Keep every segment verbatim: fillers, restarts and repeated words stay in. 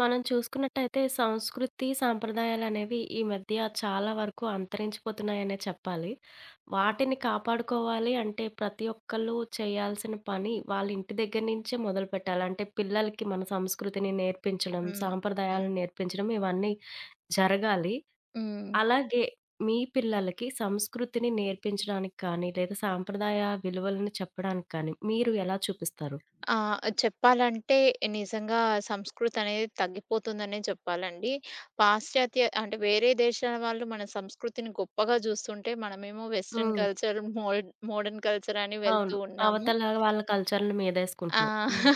మనం చూసుకున్నట్టయితే సంస్కృతి, సాంప్రదాయాలనేవి ఈ మధ్య చాలా వరకు అంతరించిపోతున్నాయనే చెప్పాలి. వాటిని కాపాడుకోవాలి అంటే ప్రతి ఒక్కళ్ళు చేయాల్సిన పని వాళ్ళ ఇంటి దగ్గర నుంచే మొదలుపెట్టాలి. అంటే పిల్లలకి మన సంస్కృతిని నేర్పించడం, హ్మ్. హ్మ్. సాంప్రదాయాలను నేర్పించడం ఇవన్నీ జరగాలి. హ్మ్. అలాగే మీ పిల్లలకి సంస్కృతిని నేర్పించడానికి కానీ, లేదా సాంప్రదాయ విలువలను చెప్పడానికి కానీ మీరు ఎలా చూపిస్తారు? ఆహ్, చెప్పాలంటే నిజంగా సంస్కృతి అనేది తగ్గిపోతుందనే చెప్పాలండి. పాశ్చాత్య అంటే వేరే దేశాల వాళ్ళు మన సంస్కృతిని గొప్పగా జూస్తుంటే, మనమేమో వెస్టర్న్ హ్మ్. కల్చర్, మోడ్ మోడర్న్ కల్చర్ అని అవును. వెళ్తూ ఉన్నాము. అవతల వాళ్ళ కల్చర్‌ని ఆ! మీదేసుకుంటున్నాం. హ్మ్.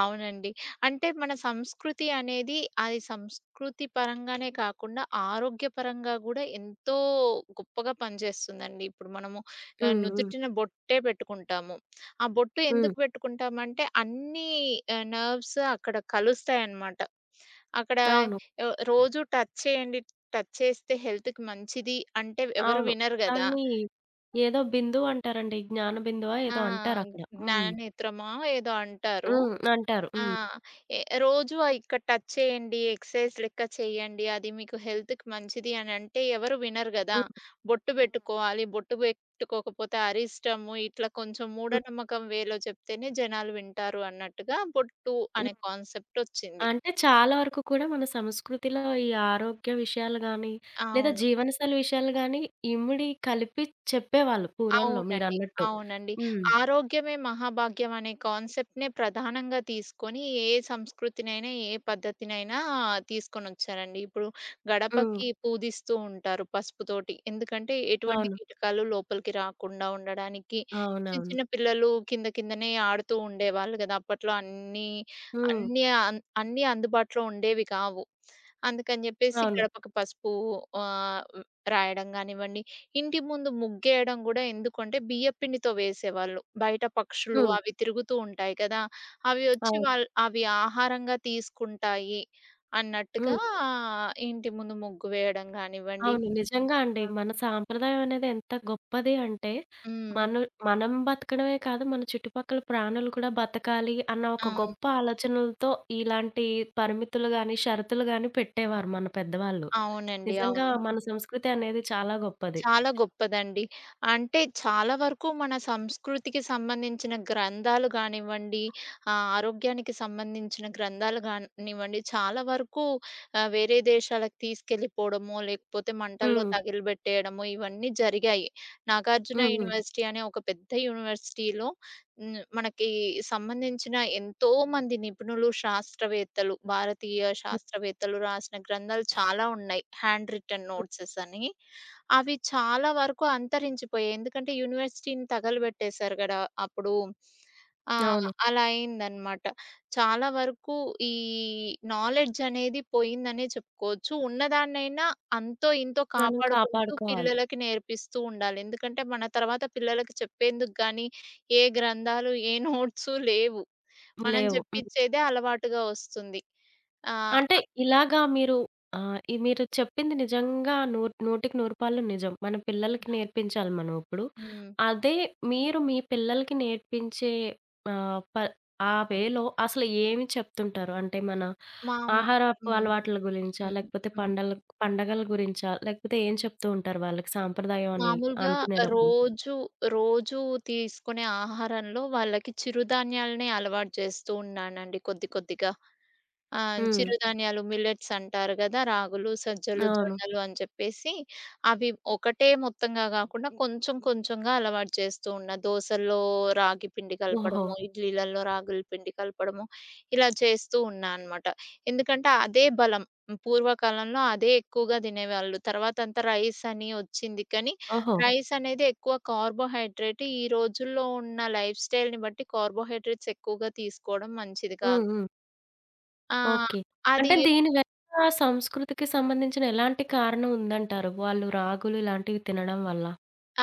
అవునండి. అంటే మన సంస్కృతి అనేది అది సంస్కృతి పరంగానే కాకుండా ఆరోగ్యపరంగా గూడా ఎంతో గొప్పగా పనిచేస్తుందండి. ఇప్పుడు మనము ఆహ్, హ్మ్. హ్మ్. నుదుటిన బొట్టే పెట్టుకుంటాము. ఆ బొట్టు హ్మ్. ఎందుకు పెట్టుకుంటామంటే అన్నీ ఆహ్, నర్వ్స్ అక్కడ కలుస్తాయన్నమాట. అక్కడ అవును. ఆహ్, రోజు టచ్ చేయండి. టచ్ చేస్తే హెల్త్‌కి మంచిది అంటే ఎవరు అవును. వినరు గదా! దాన్ని ఏదో బిందువు అంటారండి. జ్ఞాన బిందువా ఆ! ఏదో అంటారక్కడ. హ్మ్. జ్ఞాననేత్రమా ఏదో అంటారు. హ్మ్. అంటారు. ఆ! హ్మ్. ఎ రోజు ఆహ్, ఇక్కడ టచ్ చేయండి, ఎక్సర్‌సైజ్ లెక్క చేయండి, అది మీకు హెల్త్‌కి మంచిది అనంటే ఎవరు వినరు గదా! హ్మ్. బొట్టు బెట్టుకోవాలి, బొట్టు బెట్టుకోకపోతే అరిష్టము, ఇట్లా కొంచెం హ్మ్. మూఢనమ్మకం వేలో చెప్తేనే జనాలు వింటారు అన్నట్టుగా బొట్టు హ్మ్. అనే కాన్సెప్ట్ ఒచ్చింది. అంటే చాలా వరకు కూడా మన సంస్కృతిలో ఈ ఆరోగ్య విషయాలు గాని, లేదా అవును. జీవనశైలి విషయాలు గాని ఇమిడి కలిపి చెప్పేవాళ్ళు పూర్వంలో అవునండి. మీరన్నట్టు. అవునండి. హ్మ్. ఆరోగ్యమే మహాభాగ్యం అనే కాన్సెప్ట్‌నే ప్రధానంగా తీసుకొని ఏ సంస్కృతినైనా, ఏ పద్ధతినైనా తీసుకొనొచ్చారండి. ఇప్పుడు హ్మ్. గడపకి పూజిస్తూ ఉంటారు పసుపుతోటి. ఎందుకంటే ఎటువంటి అవును. కీటకాలు లోపలికి రాకుండా ఉండడానికి. చిన్న అవునవును. చిన్న పిల్లలు కింద కిందనే ఆడుతూ ఉండేవాళ్ళు గదా! అప్పట్లో అన్నీ, హ్మ్. అన్నీ అన్ అన్నీ అందుబాటులో ఉండేవి కావు. అందుకని జెప్పేసి అవును. గడపకి పసుపు ఆహ్, రాయడం గానివ్వండి, ఇంటి ముందు ముగ్గేయడం గూడా ఎందుకంటే బియ్యపిండితో వేసేవాళ్ళు. బయట పక్షులు హ్మ్. హ్మ్. అవి తిరుగుతూ ఉంటాయి కదా! అవి ఒచ్చి హ్మ్. అవును. వాళ్ అవి ఆహారంగా తీసుకుంటాయి అన్నట్టుగా హ్మ్. ఇంటి ముందు ముగ్గు వేయడం గానివ్వండి. అవును. నిజంగా అండి. మన సాంప్రదాయం అనేది ఎంత గొప్పది అంటే, హ్మ్. మను మనం బతకడమే కాదు, మన చుట్టుపక్కల ప్రాణులు కూడా బతకాలి అన్న ఆ! ఒక గొప్ప ఆలోచనలతో ఇలాంటి పరిమితులు గాని, షరతులు గాని పెట్టేవారు మన పెద్దవాళ్ళు. అవునండి. నిజంగా అవునండి. మన సంస్కృతి అనేది చాలా గొప్పది. చాలా గొప్పదండి. అంటే చాలా వరకు మన సంస్కృతికి సంబంధించిన గ్రంథాలు గానివ్వండి, ఆహ్, ఆరోగ్యానికి సంబంధించిన గ్రంథాలు గానివ్వండి, చాలా వరకు ఆహ్, వేరే దేశాలకు తీసుకెళ్ళిపోవడమో, లేకపోతే మంటల్లో హ్మ్. తగిలిబెట్టేయడమో ఇవన్నీ జరిగాయి. నాగార్జున హ్మ్. హ్మ్. యూనివర్సిటీ అనే ఒక పెద్ద యూనివర్సిటీలో హ్మ్. మనకి సంబంధించిన ఎంతోమంది నిపుణులు, శాస్త్రవేత్తలు, భారతీయ హ్మ్. శాస్త్రవేత్తలు రాసిన గ్రంథాలు చాలా ఉన్నాయి. హ్యాండ్ రిటెన్ నోట్సెస్ అని. అవి చాలా వరకు అంతరించిపోయాయి. ఎందుకంటే యూనివర్సిటీని తగలబెట్టేశారు గదా! అప్పుడు. ఆ! అవును. అలా అయిందనమాట. చాలా వరకు ఈ నాలెడ్జ్ అనేది పోయిందనే చెప్పుకోవచ్చు. ఉన్నదాన్నైనా అంతో ఇంతో మనం కాపాడుకుంటూ కాపాడుకోవాలి. పిల్లలకి నేర్పిస్తూ ఉండాలి. ఎందుకంటే మన తర్వాత పిల్లలకి చెప్పేందుకు గానీ ఏ గ్రంథాలు, ఏ నోట్సు లేవు. మనం లేవు. హ్మ్. జెప్పిచ్చేదే అలవాటుగా వస్తుంది. ఆహ్, అంటే ఇలాగా మీరు ఆహ్, ఈ మీరు చెప్పింది నిజంగా నూ నూటికి నూరు పాళ్ళు నిజం. మన పిల్లలకి నేర్పించాలి మనం ఇప్పుడు. హ్మ్. అదే మీరు మీ పిల్లలకి నేర్పించే ఆహ్, ప ఆ వేలో అసలు ఏమి చెప్తుంటారు? అంటే మన మా హ్మ్. ఆహారపు హ్మ్. అలవాట్ల గురించా? హ్మ్. లేకపోతే హ్మ్. పండల పండగల గురించా? లేకపోతే ఏం చెప్తూ ఉంటారు వాళ్ళకి సాంప్రదాయం అని మామూలుగా అనుకునేదప్పుడు? రోజు, రోజు తీసుకునే ఆహారంలో వాళ్ళకి చిరుధాన్యాలనే అలవాటు చేస్తూ ఉన్నానండి కొద్ది కొద్దిగా. ఆ! హ్మ్. చిరుధాన్యాలు మిల్లెట్స్ అంటారు గదా! రాగులు, సజ్జలు, అవును. జొన్నలు అని చెప్పేసి అవి ఒకటే మొత్తంగా గాకుండా కొంచెం కొంచెంగా అలవాటు చేస్తూ ఉన్నా. దోసల్లో రాగి పిండి ఓహో! కలపడము, ఇడ్లీలలో రాగుల పిండి కలపడము ఇలా చేస్తూ ఉన్నా అనమాట. ఎందుకంటే అదే బలం. పూర్వకాలంలో అదే ఎక్కువగా తినేవాళ్ళు. తర్వాత అంతా రైస్ అని వచ్చింది. కానీ ఓహో! రైస్ అనేది ఎక్కువ కార్బోహైడ్రేట్. ఈ రోజుల్లో ఉన్న లైఫ్ స్టైల్‌ని బట్టి కార్బోహైడ్రేట్స్ ఎక్కువగా తీసుకోవడం మంచిది హ్మ్. కాదు. హ్మ్. ఆ! ఓకే. అది అంటే దీని వెనక సంస్కృతికి సంబంధించిన ఎలాంటి కారణం ఉందంటారు? వాళ్ళు రాగులు ఇలాంటివి తినడం వల్ల?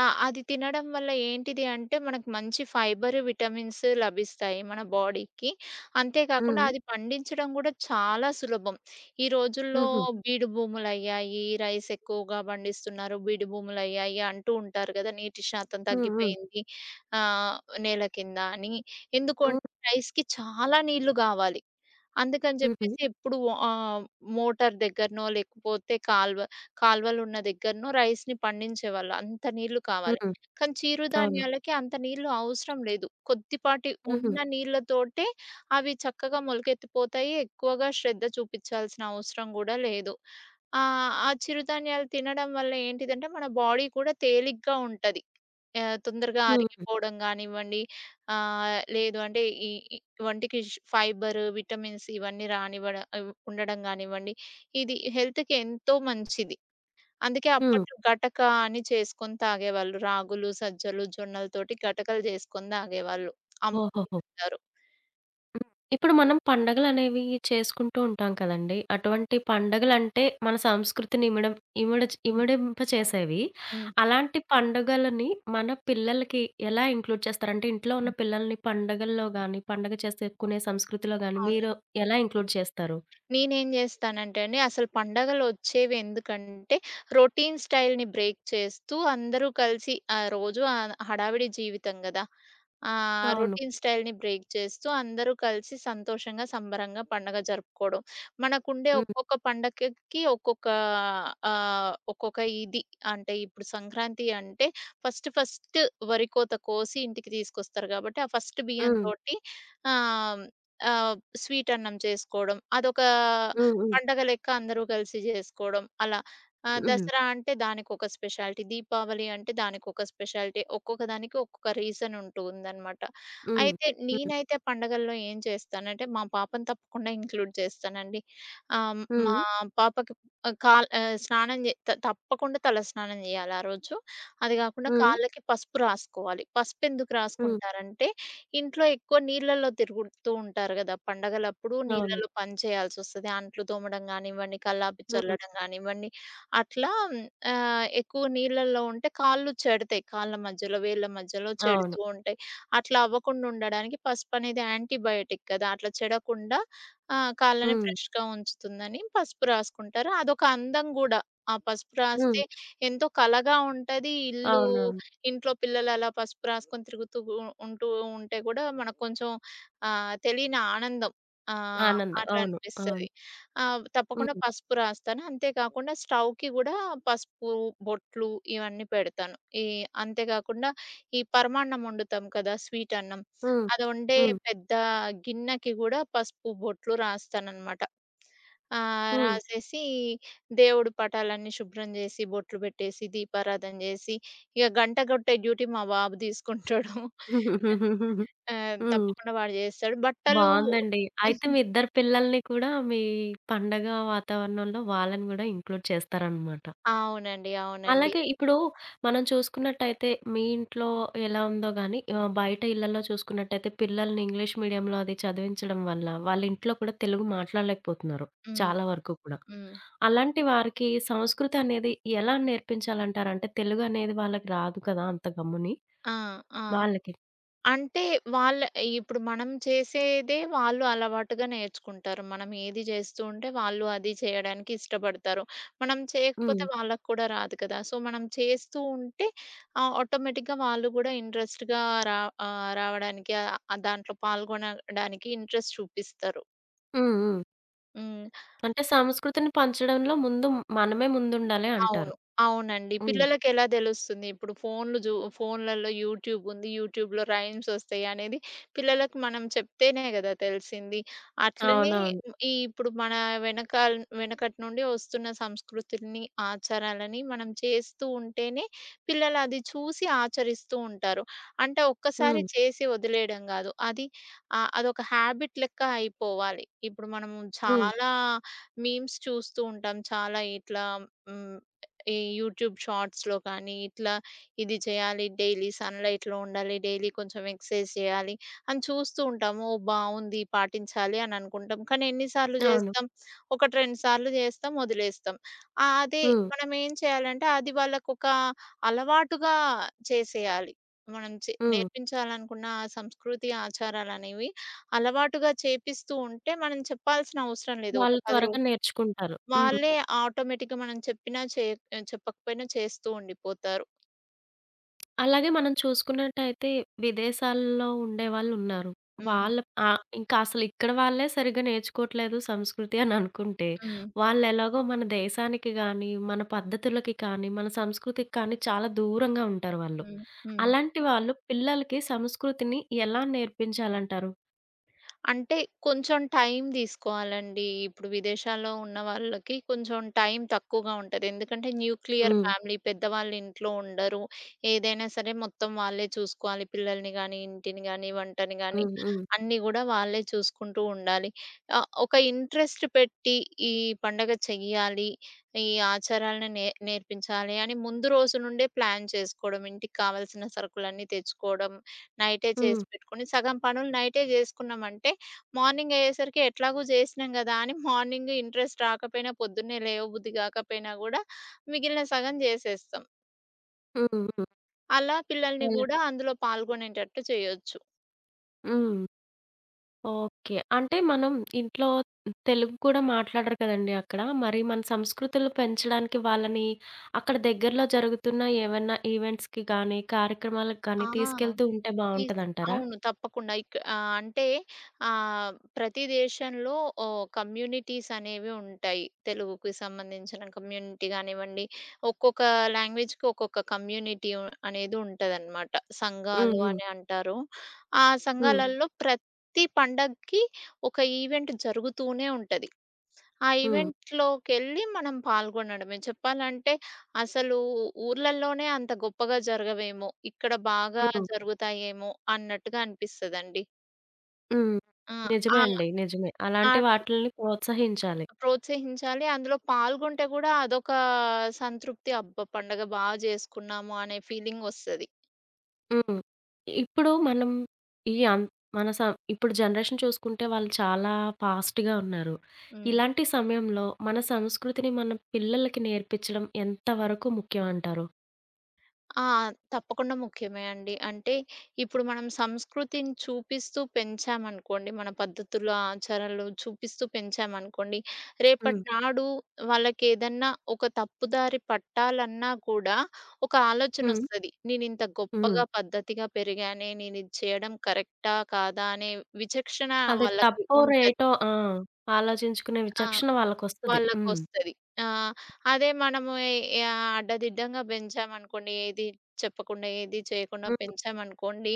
ఆ! అది తినడం వల్ల ఏంటిది అంటే, మనకు మంచి ఫైబర్, విటమిన్స్ లభిస్తాయి మన బాడీకి. అంతే కాకుండా హ్మ్. అది పండించడం గూడా చాలా సులభం. ఈ రోజుల్లో హుహు. బీడు భూములయ్యాయి, రైస్ ఎక్కువగా పండిస్తున్నారు, బీడు భూములయ్యాయి అంటూ ఉంటారు గదా! నీటి శాతం హ్మ్. హ్మ్. తగ్గిపోయింది ఆహ్, నేల కింద అని. ఎందుకు హ్మ్. అంటే రైస్‌కి చాలా నీళ్లు గావాలి. అందుకని హుహు. జెప్పేసి ఎప్పుడు ఆహ్, మోటార్ దగ్గరనో లేకపోతే కాల్వ కాలువలున్న దగ్గరనో రైస్‌ని పండించేవాళ్ళు. అంత నీళ్లు కావాలి. హ్మ్. కానీ అవును. చిరుధాన్యాలకి అంత నీళ్లు అవసరం లేదు. కొద్దిపాటి హుహు. ఉన్న నీళ్లతోటే అవి చక్కగా మొలకెత్తిపోతాయి. ఎక్కువగా శ్రద్ధ చూపించాల్సిన అవసరం గూడా లేదు. ఆహ్, ఆ చిరుధాన్యాలు తినడం వల్ల ఏంటిదంటే మన బాడీ కూడా తేలిగ్గా ఉంటది. ఆహ్, తొందరగా హ్మ్. హ్మ్. అరిగిపోవడం గానివ్వండి, ఆహ్, లేదు అంటే ఈ ఈ వంటికి ష్ ఫైబర్, విటమిన్స్ ఇవన్నీ రానివ్వడం ఉండడం గానివ్వండి, ఇది హెల్త్‌కి ఎంతో మంచిది. అందుకే హ్మ్. అప్పట్లో గటక అని చేసుకొని తాగేవాళ్ళు. రాగులు, సజ్జలు, జొన్నలతోటి గటకలు జేసుకొని తాగేవాళ్ళు. అంబలి ఓహోహో! అంటారు. హ్మ్. ఇప్పుడు మనం పండగలనేవి చేసుకుంటూ ఉంటాం కదండీ! అటువంటి పండగలంటే మన సంస్కృతిని ఇమిడం ఇమిడచ్ హ్మ్. ఇమిడింపచేసేవి. హ్మ్. అలాంటి పండుగలని మన పిల్లలకి ఎలా ఇంక్లూడ్ చేస్తారంటే, ఇంట్లో ఉన్న హ్మ్. పిల్లల్ని పండగల్లో గాని, పండగ చేసేకునే సంస్కృతిలో గాని అవును. మీరు ఎలా ఇంక్లూడ్ చేస్తారు? నేనేం జేస్తానంటే అండి, అసలు పండగలొచ్చేవి ఎందుకంటే, రొటీన్ స్టైల్‌ని బ్రేక్ చేస్తూ అందరూ కలిసి ఆహ్, రోజు ఆహ్, హడావిడి జీవితం గదా! ఆహ్, అవును. రొటీన్ స్టైల్‌ని బ్రేక్ చేస్తూ అందరూ కలిసి సంతోషంగా, సంబరంగా పండగ జరుపుకోవడం. మనకుండే హ్మ్. ఒక్కొక్క పండగకి ఒక్కొక్క ఆహ్, ఒక్కొక్క ఇది అంటే, ఇప్పుడు సంక్రాంతి అంటే ఫస్ట్ ఫస్ట్ వరి కోత కోసి ఇంటికి తీసుకొస్తారు గాబట్టి, ఆ ఫస్ట్ హ్మ్. బియ్యంతోటి ఆహ్, ఆహ్, స్వీట్ అన్నం చేసుకోవడం. అదొక హ్మ్. పండగ లెక్క అందరూ కలిసి జేసుకోవడం అలా. ఆహ్, హ్మ్. దసరా అంటే దానికొక స్పెషాలిటీ. దీపావళి అంటే దానికొక స్పెషాలిటీ. ఒక్కొక్క దానికి ఒక్కొక్క రీజన్ ఉంటూ ఉందనమాట. హ్మ్. అయితే హ్మ్. హ్మ్. నేనైతే పండగల్లో ఏం చేస్తానంటే మా పాపను తప్పకుండా ఇంక్లూడ్ చేస్తానండి. ఆహ్, మా హ్మ్. పాపకి ఆహ్, కాల్ ఆహ్, స్నానం జే త తప్పకుండా తల స్నానం జేయాలి ఆ రోజు. అది గాకుండా హ్మ్. కాళ్ళకి పసుపు రాసుకోవాలి. పసుపెందుకు హ్మ్. రాసుకుంటారంటే ఇంట్లో ఎక్కువ నీళ్ళల్లో తిరుగుతూ ఉంటారు గదా! పండగలప్పుడు అవును. నీళ్ళలో పని చేయాల్సొస్తది. అంట్లు తోమడం గానివ్వండి, కల్లాపి హ్మ్. చల్లడం గానివ్వండి, అట్లా ఆహ్, ఎక్కువ నీళ్ళల్లో ఉంటే కాళ్ళు చెడతాయి. కాళ్ళ మధ్యలో, వేళ్ళ మధ్యలో అవును. చెడుతూ ఉంటాయి. అట్లా అవ్వకుండా ఉండడానికి పసుపనేది యాంటీబయోటిక్ కదా! అట్లా చెడకుండా ఆహ్, కాళ్ళని హ్మ్. ఫ్రెష్‌గా ఉంచుతుందని పసుపు రాసుకుంటారు. అదొక అందం గూడా. ఆ పసుపు హ్మ్. రాస్తే ఎంతో కళగా ఉంటది. ఇల్లు అవునవును. ఇంట్లో పిల్లలు అలా పసుపు రాసుకొని తిరుగుతూ గు ఉంటూ ఉంటే గూడా మనకు కొంచెం ఆహ్, తెలియని ఆనందం. ఆహ్, ఆనందం. అట్లా అవును. అవును. అనిపిస్తది. ఆహ్, తప్పకుండా హ్మ్. పసుపు రాస్తాను. అంతే కాకుండా స్టవ్‌కి గూడా పసుపు, బొట్లు ఇవన్నీ పెడతాను. ఈ అంతే కాకుండా ఈ పరమాన్నం వండుతాం కదా! స్వీట్ అన్నం. హ్మ్. అది వండే హ్మ్. పెద్ద గిన్నెకి గూడా పసుపు, బొట్లు రాస్తాననమాట. ఆహ్, హ్మ్. రాసేసి దేవుడి పటాలన్నీ శుభ్రం జేసి, బొట్లు పెట్టేసి, దీపారాధన జేసి ఇక గంట కొట్టే డ్యూటీ మా బాబు తీసుకుంటాడు. ఆ! హ్మ్. తప్పకుండా వాడు చేస్తాడు. బట్టలు బావుందండి. అయితే మీ ఇద్దరు పిల్లల్ని కూడా మీ పండగ వాతావరణంలో వాళ్ళని గూడా ఇంక్లూడ్ చేస్తారనమాట. అవునండి. అవునండి. అలాగే ఇప్పుడు మనం చూసుకున్నట్టయితే మీ ఇంట్లో ఎలా ఉందో గానీ ఆహ్, బయట ఇళ్లలో చూసుకున్నట్టయితే పిల్లల్ని ఇంగ్లీష్ మీడియంలో అది చదివించడం వల్ల వాళ్ళ ఇంట్లో కూడా తెలుగు మాట్లాడలేకపోతున్నారు హ్మ్. చాలా వరకు కూడా. హ్మ్. అలాంటి వారికి సంస్కృతి అనేది ఎలా నేర్పించాలంటారు? అంటే తెలుగు అనేది వాళ్ళకి రాదు కదా! అంత గమ్ముని. ఆ! ఆ! వాళ్ళకి. అంటే వాళ్ళ ఇప్పుడు మనం చేసేదే వాళ్ళు అలవాటుగా నేర్చుకుంటారు. మనం ఏది చేస్తూ ఉంటే వాళ్ళు అది చేయడానికి ఇష్టపడతారు. మనం హ్మ్. చేయకపోతే వాళ్ళకి కూడా రాదు కదా! సో, మనం చేస్తూ ఉంటే ఆహ్, ఆటోమేటిక్‌గా వాళ్ళు కూడా ఇంట్రెస్ట్‌గా రా ఆహ్, రావడానికి ఆహ్, దాంట్లో పాల్గొనడానికి ఇంట్రెస్ట్ చూపిస్తారు. హ్మ్. హ్మ్. హ్మ్. అంటే సంస్కృతిని పంచడంలో ముందు మనమే ముందుండాలి అంటారు. అవును. అవునండి. హ్మ్. హ్మ్. పిల్లలకెలా తెలుస్తుంది? ఇప్పుడు ఫోన్‌లు జూ ఫోన్‌లలో యూట్యూబ్ ఉంది. యూట్యూబ్‌లో రైమ్స్ ఒస్తాయి అనేది పిల్లలకి మనం చెప్తేనే గదా తెలిసింది. అట్లనే అవునవును. హ్మ్. ఈ ఇప్పుడు మన వెనకాల వెనకటి నుండి ఒస్తున్న సంస్కృతిని, ఆచారాలని మనం చేస్తూ ఉంటేనే పిల్లలది చూసి ఆచరిస్తూ ఉంటారు. అంటే ఒక్కసారి హ్మ్. చేసి వదిలేయడం గాదు. అది ఆహ్, అదొక హ్యాబిట్ లెక్క అయిపోవాలి. ఇప్పుడు మనము హ్మ్. చాలా మీమ్స్ చూస్తూ ఉంటాం. చాలా ఇట్లా హ్మ్. ఈ యూట్యూబ్ షార్ట్స్‌లో కానీ, ఇట్లా ఇది చేయాలి, డైలీ సన్‌లైట్‌లో ఉండాలి, డైలీ కొంచెం ఎక్సర్‌సైజ్ చేయాలి అని చూస్తూ ఉంటాము. ఓహ్! బావుంది పాటించాలి అని అనుకుంటాం. కానీ ఎన్ని సార్లు అవును. చేస్తాం? ఒకటి, రెండు సార్లు చేస్తాం, వదిలేస్తాం. ఆహ్, అదే హ్మ్. మనం ఏం చేయాలంటే అది వాళ్ళకొక అలవాటుగా చేసేయాలి. మనం చే హ్మ్. నేర్పించాలనుకున్న ఆ సంస్కృతి, ఆచారాలనేవి అలవాటుగా చేపిస్తూ ఉంటే మనం చెప్పాల్సిన అవసరం లేదు. వాళ్ళు ఒక పది రో త్వరగా నేర్చుకుంటారు. హ్మ్. వాళ్ళే ఆటోమేటిక్‌గా మనం చెప్పినా, చేయక్ చెప్పకపోయినా చేస్తూ ఉండిపోతారు. అలాగే మనం చూసుకున్నట్టయితే విదేశాల్లో ఉండేవాళ్ళున్నారు. హ్మ్. వాళ్ళ ఆహ్, ఇంకా అసలు ఇక్కడ వాళ్ళే సరిగ్గా నేర్చుకోవట్లేదు సంస్కృతి అని అనుకుంటే, హ్మ్. వాళ్ళెలాగో మన దేశానికి గాని, మన పద్ధతులకి కానీ, మన సంస్కృతికి కానీ చాలా దూరంగా ఉంటారు వాళ్ళు. హ్మ్. హ్మ్. అలాంటి వాళ్ళు పిల్లలకి సంస్కృతిని ఎలా నేర్పించాలంటారు? అంటే కొంచెం టైం తీసుకోవాలండి. ఇప్పుడు విదేశాల్లో ఉన్న వాళ్ళకి కొంచెం టైం తక్కువగా ఉంటది. ఎందుకంటే న్యూక్లియర్ హ్మ్. ఫ్యామిలీ పెద్దవాళ్ళు ఇంట్లో ఉండరు. ఏదైనా సరే మొత్తం వాళ్ళే చూసుకోవాలి. పిల్లల్ని గానీ, ఇంటిని గానీ, వంటని గానీ హ్మ్. హ్మ్. అన్నీ గూడా వాళ్ళే చూసుకుంటూ ఉండాలి. ఆహ్, ఒక ఇంట్రెస్ట్ పెట్టి ఈ పండగ చెయ్యాలి, ఈ ఆచారాలను నే నేర్పించాలి అని ముందు రోజు నుండే ప్లాన్ చేసుకోవడం, ఇంటికి కావాల్సిన సరుకులన్నీ తెచ్చుకోవడం, నైటే హ్మ్. చేసి పెట్టుకొని సగం పనులు నైటే జేసుకున్నామంటే మార్నింగ్ అయ్యేసరికి ఎట్లాగో జేసినాం గదా! అని మార్నింగ్ ఇంట్రెస్ట్ రాకపోయినా పొద్దున్నే లేవబుద్ధి గాకపోయినా గూడా మిగిలిన సగం జేసేస్తాం. హ్మ్. హ్మ్. అలా పిల్లల్ని హ్మ్. అలా గూడా అందులో పాల్గొనేటట్టు చేయొచ్చు. హ్మ్. ఓకే. అంటే మనం ఇంట్లో తెలుగు కూడా మాట్లాడరు కదండీ అక్కడ. మరి మన సంస్కృతులు పెంచడానికి వాళ్ళని అక్కడ దగ్గరలో జరుగుతున్న ఏవన్నా ఈవెంట్స్‌కి గానీ, కార్యక్రమాలకు ఆ! గానీ ఆ! తీసుకెళ్తూ ఉంటే ఈస్ బావుంటదంటారా? అవును. తప్పకుండా. ఇక్ ఆహ్, అంటే ఆహ్, ప్రతి దేశంలో ఓహ్, కమ్యూనిటీస్ అనేవి ఉంటాయి. తెలుగుకి సంబంధించిన కమ్యూనిటీ గానివ్వండి, ఒక్కొక్క లాంగ్వేజ్‌కి ఒక్కొక్క కమ్యూనిటీ ఉ అనేది ఉంటదనమాట. హ్మ్. సంఘాలు హ్మ్. అని అంటారు. ఆ హ్మ్. హ్మ్. సంఘాలలో ప్రతి పండగకి ఒక ఈవెంట్ జరుగుతూనే ఉంటది. ఆ హ్మ్. ఈవెంట్‌లోకెళ్ళి మనం పాల్గొనడమే. చెప్పాలంటే అసలు ఊర్లల్లోనే అంత గొప్పగా జరగవేమో, ఇక్కడ బాగా హ్మ్. జరుగుతాయేమో అన్నట్టుగా అనిపిస్తదండి. హ్మ్. ఆ! నిజమే ఆహ్, అండి. నిజమే. అలాంటి అట్లా వాటిల్ని ప్రోత్సహించాలి. ప్రోత్సహించాలి. అందులో పాల్గొంటే గూడా అదొక సంతృప్తి. అబ్బా! పండగ బా జేసుకున్నాము అనే ఫీలింగొస్తది. హ్మ్. ఇప్పుడు మనం ఈ అన్ మన సం ఇప్పుడు జనరేషన్ చూసుకుంటే వాళ్ళు చాలా ఫాస్ట్‌గా ఉన్నారు. హ్మ్. ఇలాంటి సమయంలో మన సంస్కృతిని మన పిల్లలకి నేర్పించడం ఎంతవరకు ముఖ్యం అంటారు? ఆ! తప్పకుండా ముఖ్యమే అండి. అంటే ఇప్పుడు మనం సంస్కృతిని చూపిస్తూ పెంచామనుకోండి, మన పద్ధతులు, ఆచారాలు చూపిస్తూ పెంచామనుకోండి, హ్మ్. రేపటి నాడు వాళ్ళకేదన్నా ఒక తప్పుదారి పట్టాలన్నా కూడా ఒక హ్మ్. ఆలోచనొస్తది. నేనింత హ్మ్. గొప్పగా పద్ధతిగా పెరిగానే నేనిది చేయడం కరెక్టా? కాదా? అనే విచక్షణ అది వాళ్ళకి తప్పో, ఉంటది. రైటో ఆ! ఆలోచించుకునే ఆ! విచక్షణ వాళ్ళకొస్తది. హ్మ్. వాళ్ళకొస్తది. ఆ! అదే మనము ఎ ఆహ్, అడ్డదిడ్డంగా బెంచామనుకోండి, ఏది చెప్పకుండా, ఏది చేయకుండా హ్మ్. పెంచామనుకోండి,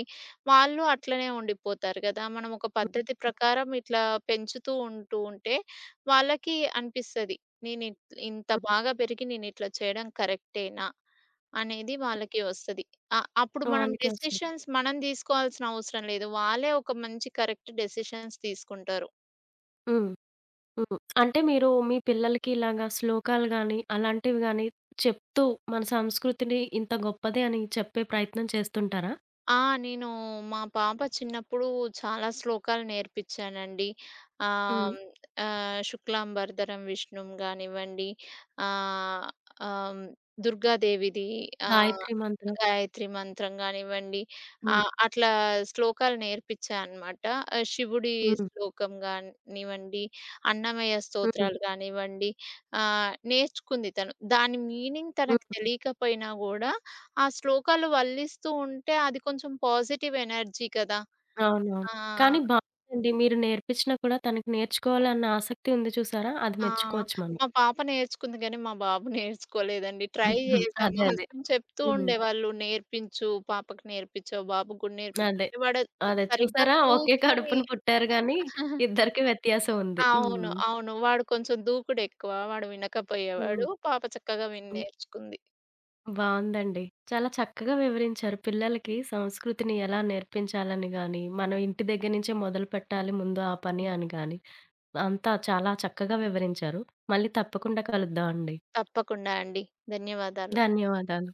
వాళ్ళు అట్లనే ఉండిపోతారు గదా! మనం ఒక హ్మ్. పద్ధతి ప్రకారం ఇట్లా పెంచుతూ ఉంటూ ఉంటే, వాళ్ళకి అనిపిస్తది. నేనిట్ ఇంత హ్మ్. బాగా పెరిగి నేనిట్లా చేయడం కరెక్టేనా? అనేది వాళ్ళకి వస్తది. అ అప్పుడు మనం వాళ్ళకే వస్తది. డెసిషన్స్ మనం తీసుకోవాల్సిన అవసరం లేదు. వాళ్ళే ఒక మంచి కరెక్ట్ డెసిషన్స్ తీసుకుంటారు. హ్మ్. హ్మ్. అంటే మీరు మీ పిల్లలకి ఇలాగా శ్లోకాలు గాని, అలాంటివి గాని చెప్తూ మన సంస్కృతిని ఇంత గొప్పది అని చెప్పే ప్రయత్నం చేస్తుంటారా? ఆ! నేను మా పాప చిన్నప్పుడు చాలా శ్లోకాలు నేర్పిచ్చానండి. ఆహ్, హ్మ్. హ్మ్, ఆహ్, 'శుక్లాం వరదరం విష్ణుం' గానివ్వండి, ఆహ్, ఆహ్, హ్మ్, దుర్గాదేవిది ఆహ్, 'గాయత్రి మంత్రం'. 'గాయత్రి మంత్రం' గానివ్వండి, హ్మ్. ఆహ్, అట్లా శ్లోకాలు నేర్పిచ్చా అనమాట. ఆహ్, శివుడి హ్మ్. శ్లోకం గానివ్వండి, అన్నమయ్య హ్మ్. స్తోత్రాలు గానివ్వండి, ఆహ్, నేర్చుకుంది తను. దాని మీనింగ్ తనకు హ్మ్. తెలియకపోయినా గూడా ఆ శ్లోకాలు వల్లిస్తూ ఉంటే అది కొంచెం పాజిటివ్ ఎనర్జీ కదా! అవునవును. ఆ! కానీ బావుందండి. మీరు నేర్పించినా కూడా తనకి నేర్చుకోవాలన్న ఆసక్తి ఉంది చూసారా? అది ఆ! మెచ్చుకోవచ్చు మనం. మా పాప నేర్చుకుంది గానీ, మా బాబు నేర్చుకోలేదండి. ట్రై హ్మ్. చేశా. అదే. మా అదే. హస్బెండ్ చెప్తూ హ్మ్. ఉండేవాళ్ళు, "నేర్పించు, పాపకి నేర్పించు, బాబుకి కూడా నేర్పించు" అదే. అంటే వాడు అదే. సరిగ్గా చూసారా? ఒకే కూర్చొని కడుపున పుట్టారు గానీ, ఇద్దరికీ వ్యత్యాసం ఉంది. అవును. హ్మ్. అవును. వాడు కొంచెం దూకుడెక్కువ. వాడు హ్మ్. వినకపోయేవాడు. పాప చక్కగా విని హ్మ్. నేర్చుకుంది. బావుందండి. చాలా చక్కగా వివరించారు. పిల్లలకి సంస్కృతిని ఎలా నేర్పించాలని గాని, మనం ఇంటి దగ్గర నుంచే మొదలుపెట్టాలి ముందు ఆ పని హ్మ్. అని గాని, అంతా చాలా చక్కగా వివరించారు. మళ్ళీ తప్పకుండా కలుద్దాం అండి. తప్పకుండా అండి. ధన్యవాదాలు. ధన్యవాదాలు.